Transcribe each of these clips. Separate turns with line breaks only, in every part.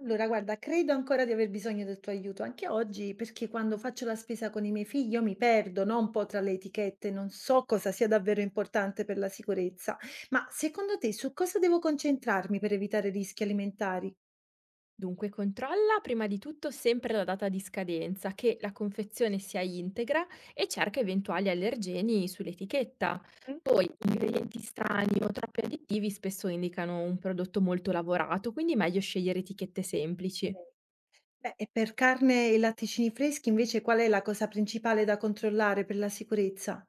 Allora, guarda, credo ancora di aver bisogno del tuo aiuto anche oggi, perché quando faccio la spesa con i miei figli io mi perdo, no, un po' tra le etichette, non so cosa sia davvero importante per la sicurezza. Ma secondo te su cosa devo concentrarmi per evitare rischi alimentari?
Dunque, controlla prima di tutto sempre la data di scadenza, che la confezione sia integra e cerca eventuali allergeni sull'etichetta.
Mm?
Poi, ingredienti strani o troppi additivi spesso indicano un prodotto molto lavorato, quindi meglio scegliere etichette semplici.
Beh, e per carne e latticini freschi invece qual è la cosa principale da controllare per la sicurezza?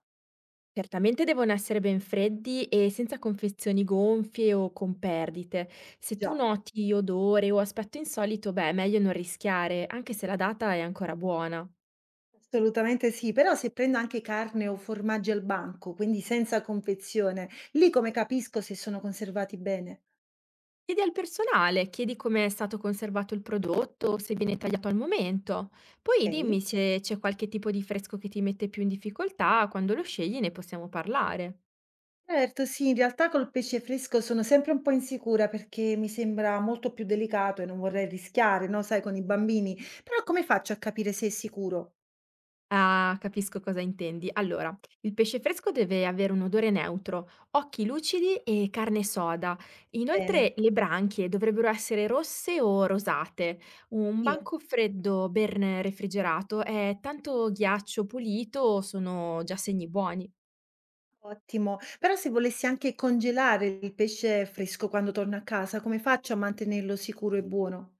Certamente devono essere ben freddi e senza confezioni gonfie o con perdite. Se tu
Già.
noti odore o aspetto insolito, beh, meglio non rischiare, anche se la data è ancora buona.
Assolutamente sì, però se prendo anche carne o formaggi al banco, quindi senza confezione, lì come capisco se sono conservati bene?
Chiedi al personale, chiedi come è stato conservato il prodotto, se viene tagliato al momento. Poi dimmi
Ok.
se c'è qualche tipo di fresco che ti mette più in difficoltà, quando lo scegli ne possiamo parlare.
Certo, sì, in realtà col pesce fresco sono sempre un po' insicura perché mi sembra molto più delicato e non vorrei rischiare, no, sai, con i bambini. Però come faccio a capire se è sicuro?
Ah, capisco cosa intendi. Allora, il pesce fresco deve avere un odore neutro, occhi lucidi e carne soda.
Bene,
Inoltre le branchie dovrebbero essere rosse o rosate. Un
sì,
banco freddo ben refrigerato è tanto ghiaccio pulito, sono già segni buoni.
ottimo. Però se volessi anche congelare il pesce fresco quando torno a casa, come faccio a mantenerlo sicuro e buono?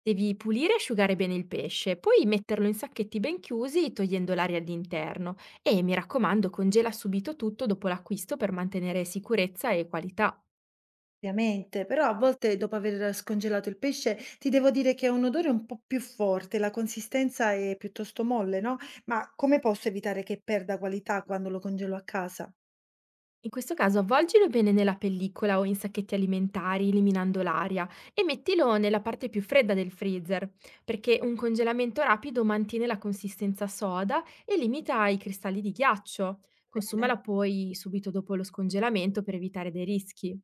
Devi pulire e asciugare bene il pesce, poi metterlo in sacchetti ben chiusi togliendo l'aria all'interno e mi raccomando congela subito tutto dopo l'acquisto per mantenere sicurezza e qualità.
Ovviamente, però a volte dopo aver scongelato il pesce ti devo dire che ha un odore un po' più forte, la consistenza è piuttosto molle, no? Ma come posso evitare che perda qualità quando lo congelo a casa?
In questo caso avvolgilo bene nella pellicola o in sacchetti alimentari eliminando l'aria e mettilo nella parte più fredda del freezer perché un congelamento rapido mantiene la consistenza soda e limita i cristalli di ghiaccio. Consumala
Bene.
poi subito dopo lo scongelamento per evitare dei rischi.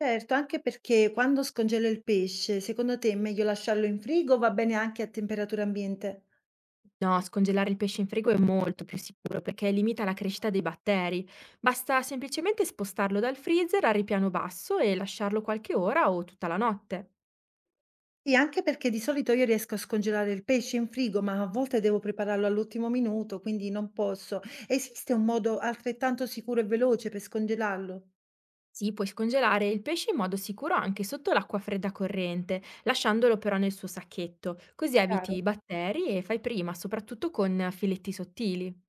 Certo, anche perché quando scongelo il pesce, secondo te è meglio lasciarlo in frigo o va bene anche a temperatura ambiente?
No, scongelare il pesce in frigo è molto più sicuro perché limita la crescita dei batteri. Basta semplicemente spostarlo dal freezer a ripiano basso e lasciarlo qualche ora o tutta la notte.
Sì, anche perché di solito io riesco a scongelare il pesce in frigo, ma a volte devo prepararlo all'ultimo minuto, quindi non posso. Esiste un modo altrettanto sicuro e veloce per scongelarlo?
Sì, puoi scongelare il pesce in modo sicuro anche sotto l'acqua fredda corrente, lasciandolo però nel suo sacchetto, così eviti
Chiaro.
i batteri e fai prima, soprattutto con filetti sottili.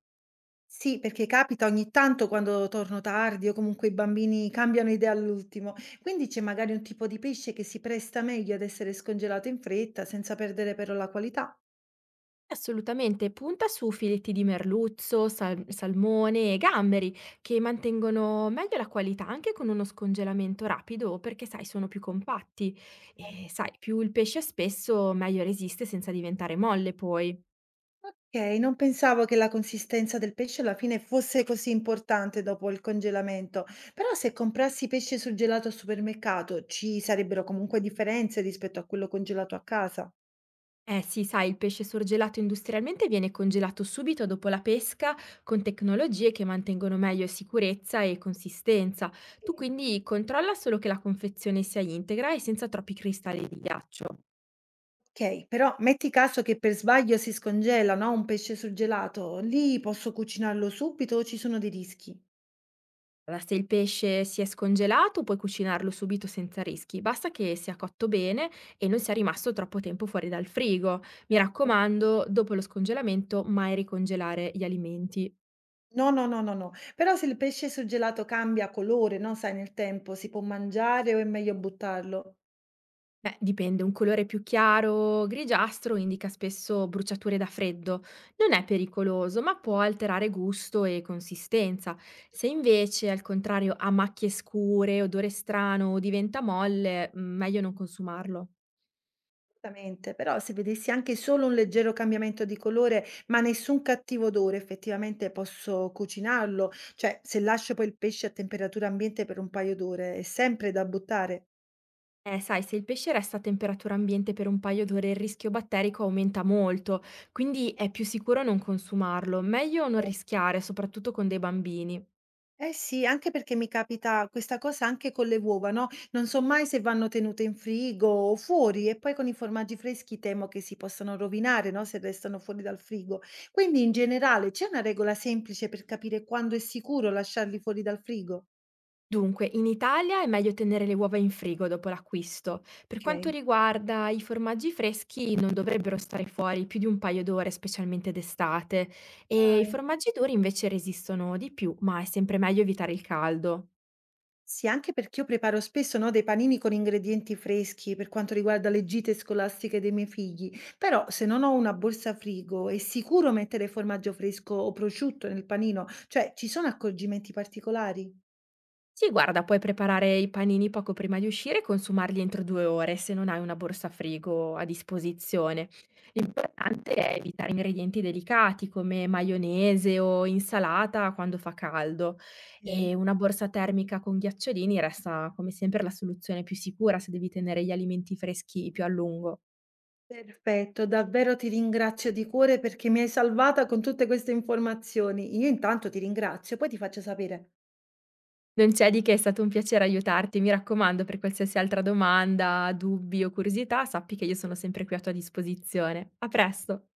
Sì, perché capita ogni tanto quando torno tardi o comunque i bambini cambiano idea all'ultimo. Quindi c'è magari un tipo di pesce che si presta meglio ad essere scongelato in fretta senza perdere però la qualità.
Assolutamente, punta su filetti di merluzzo, salmone e gamberi che mantengono meglio la qualità anche con uno scongelamento rapido perché sai sono più compatti e sai più il pesce è spesso meglio resiste senza diventare molle poi.
Okay, non pensavo che la consistenza del pesce alla fine fosse così importante dopo il congelamento, però se comprassi pesce surgelato al supermercato ci sarebbero comunque differenze rispetto a quello congelato a casa?
Eh sì, sai, il pesce sorgelato industrialmente viene congelato subito dopo la pesca con tecnologie che mantengono meglio sicurezza e consistenza.
Sì.
Tu quindi controlla solo che la confezione sia integra e senza troppi cristalli di ghiaccio.
Okay, però metti caso che per sbaglio si scongela, no, un pesce surgelato, lì posso cucinarlo subito o ci sono dei rischi?
Allora, se il pesce si è scongelato, puoi cucinarlo subito senza rischi, basta che sia cotto bene e non sia rimasto troppo tempo fuori dal frigo. Mi
Certo.
raccomando, dopo lo scongelamento, mai ricongelare gli alimenti.
No, no, no, no, no, però se il pesce surgelato cambia colore, no, sai, nel tempo, si può mangiare o è meglio buttarlo?
Beh, dipende, un colore più chiaro, grigiastro, indica spesso bruciature da freddo. Non è pericoloso, ma può alterare gusto e consistenza. Se invece, al contrario, ha macchie scure, odore strano o diventa molle, meglio non consumarlo.
Esattamente, però se vedessi anche solo un leggero cambiamento di colore, ma nessun cattivo odore, effettivamente posso cucinarlo. Cioè, se lascio poi il pesce a temperatura ambiente per un paio d'ore, è sempre da buttare.
Sai, se il pesce resta a temperatura ambiente per un paio d'ore il rischio batterico aumenta molto, quindi è più sicuro non consumarlo, meglio non rischiare, soprattutto con dei bambini.
Eh sì, anche perché mi capita questa cosa anche con le uova, no? Non so mai se vanno tenute in frigo o fuori e poi con i formaggi freschi temo che si possano rovinare, no? Se restano fuori dal frigo. Quindi in generale c'è una regola semplice per capire quando è sicuro lasciarli fuori dal frigo?
Dunque, in Italia è meglio tenere le uova in frigo dopo l'acquisto. Per quanto
Ok.
riguarda i formaggi freschi, non dovrebbero stare fuori più di un paio d'ore, specialmente d'estate, e i
Dai.
formaggi duri invece resistono di più, ma è sempre meglio evitare il caldo.
Sì, anche perché io preparo spesso, no, dei panini con ingredienti freschi per quanto riguarda le gite scolastiche dei miei figli, però se non ho una borsa frigo è sicuro mettere formaggio fresco o prosciutto nel panino, cioè ci sono accorgimenti particolari?
Sì, guarda, puoi preparare i panini poco prima di uscire e consumarli entro 2 ore se non hai una borsa frigo a disposizione. L'importante è evitare ingredienti delicati come maionese o insalata quando fa caldo e
Ok.
una borsa termica con ghiacciolini resta come sempre la soluzione più sicura se devi tenere gli alimenti freschi più a lungo.
Perfetto, davvero ti ringrazio di cuore perché mi hai salvata con tutte queste informazioni. Io intanto ti ringrazio, poi ti faccio sapere.
Non c'è di che, è stato un piacere aiutarti. Mi raccomando, per qualsiasi altra domanda, dubbi o curiosità, sappi che io sono sempre qui a tua disposizione. A presto!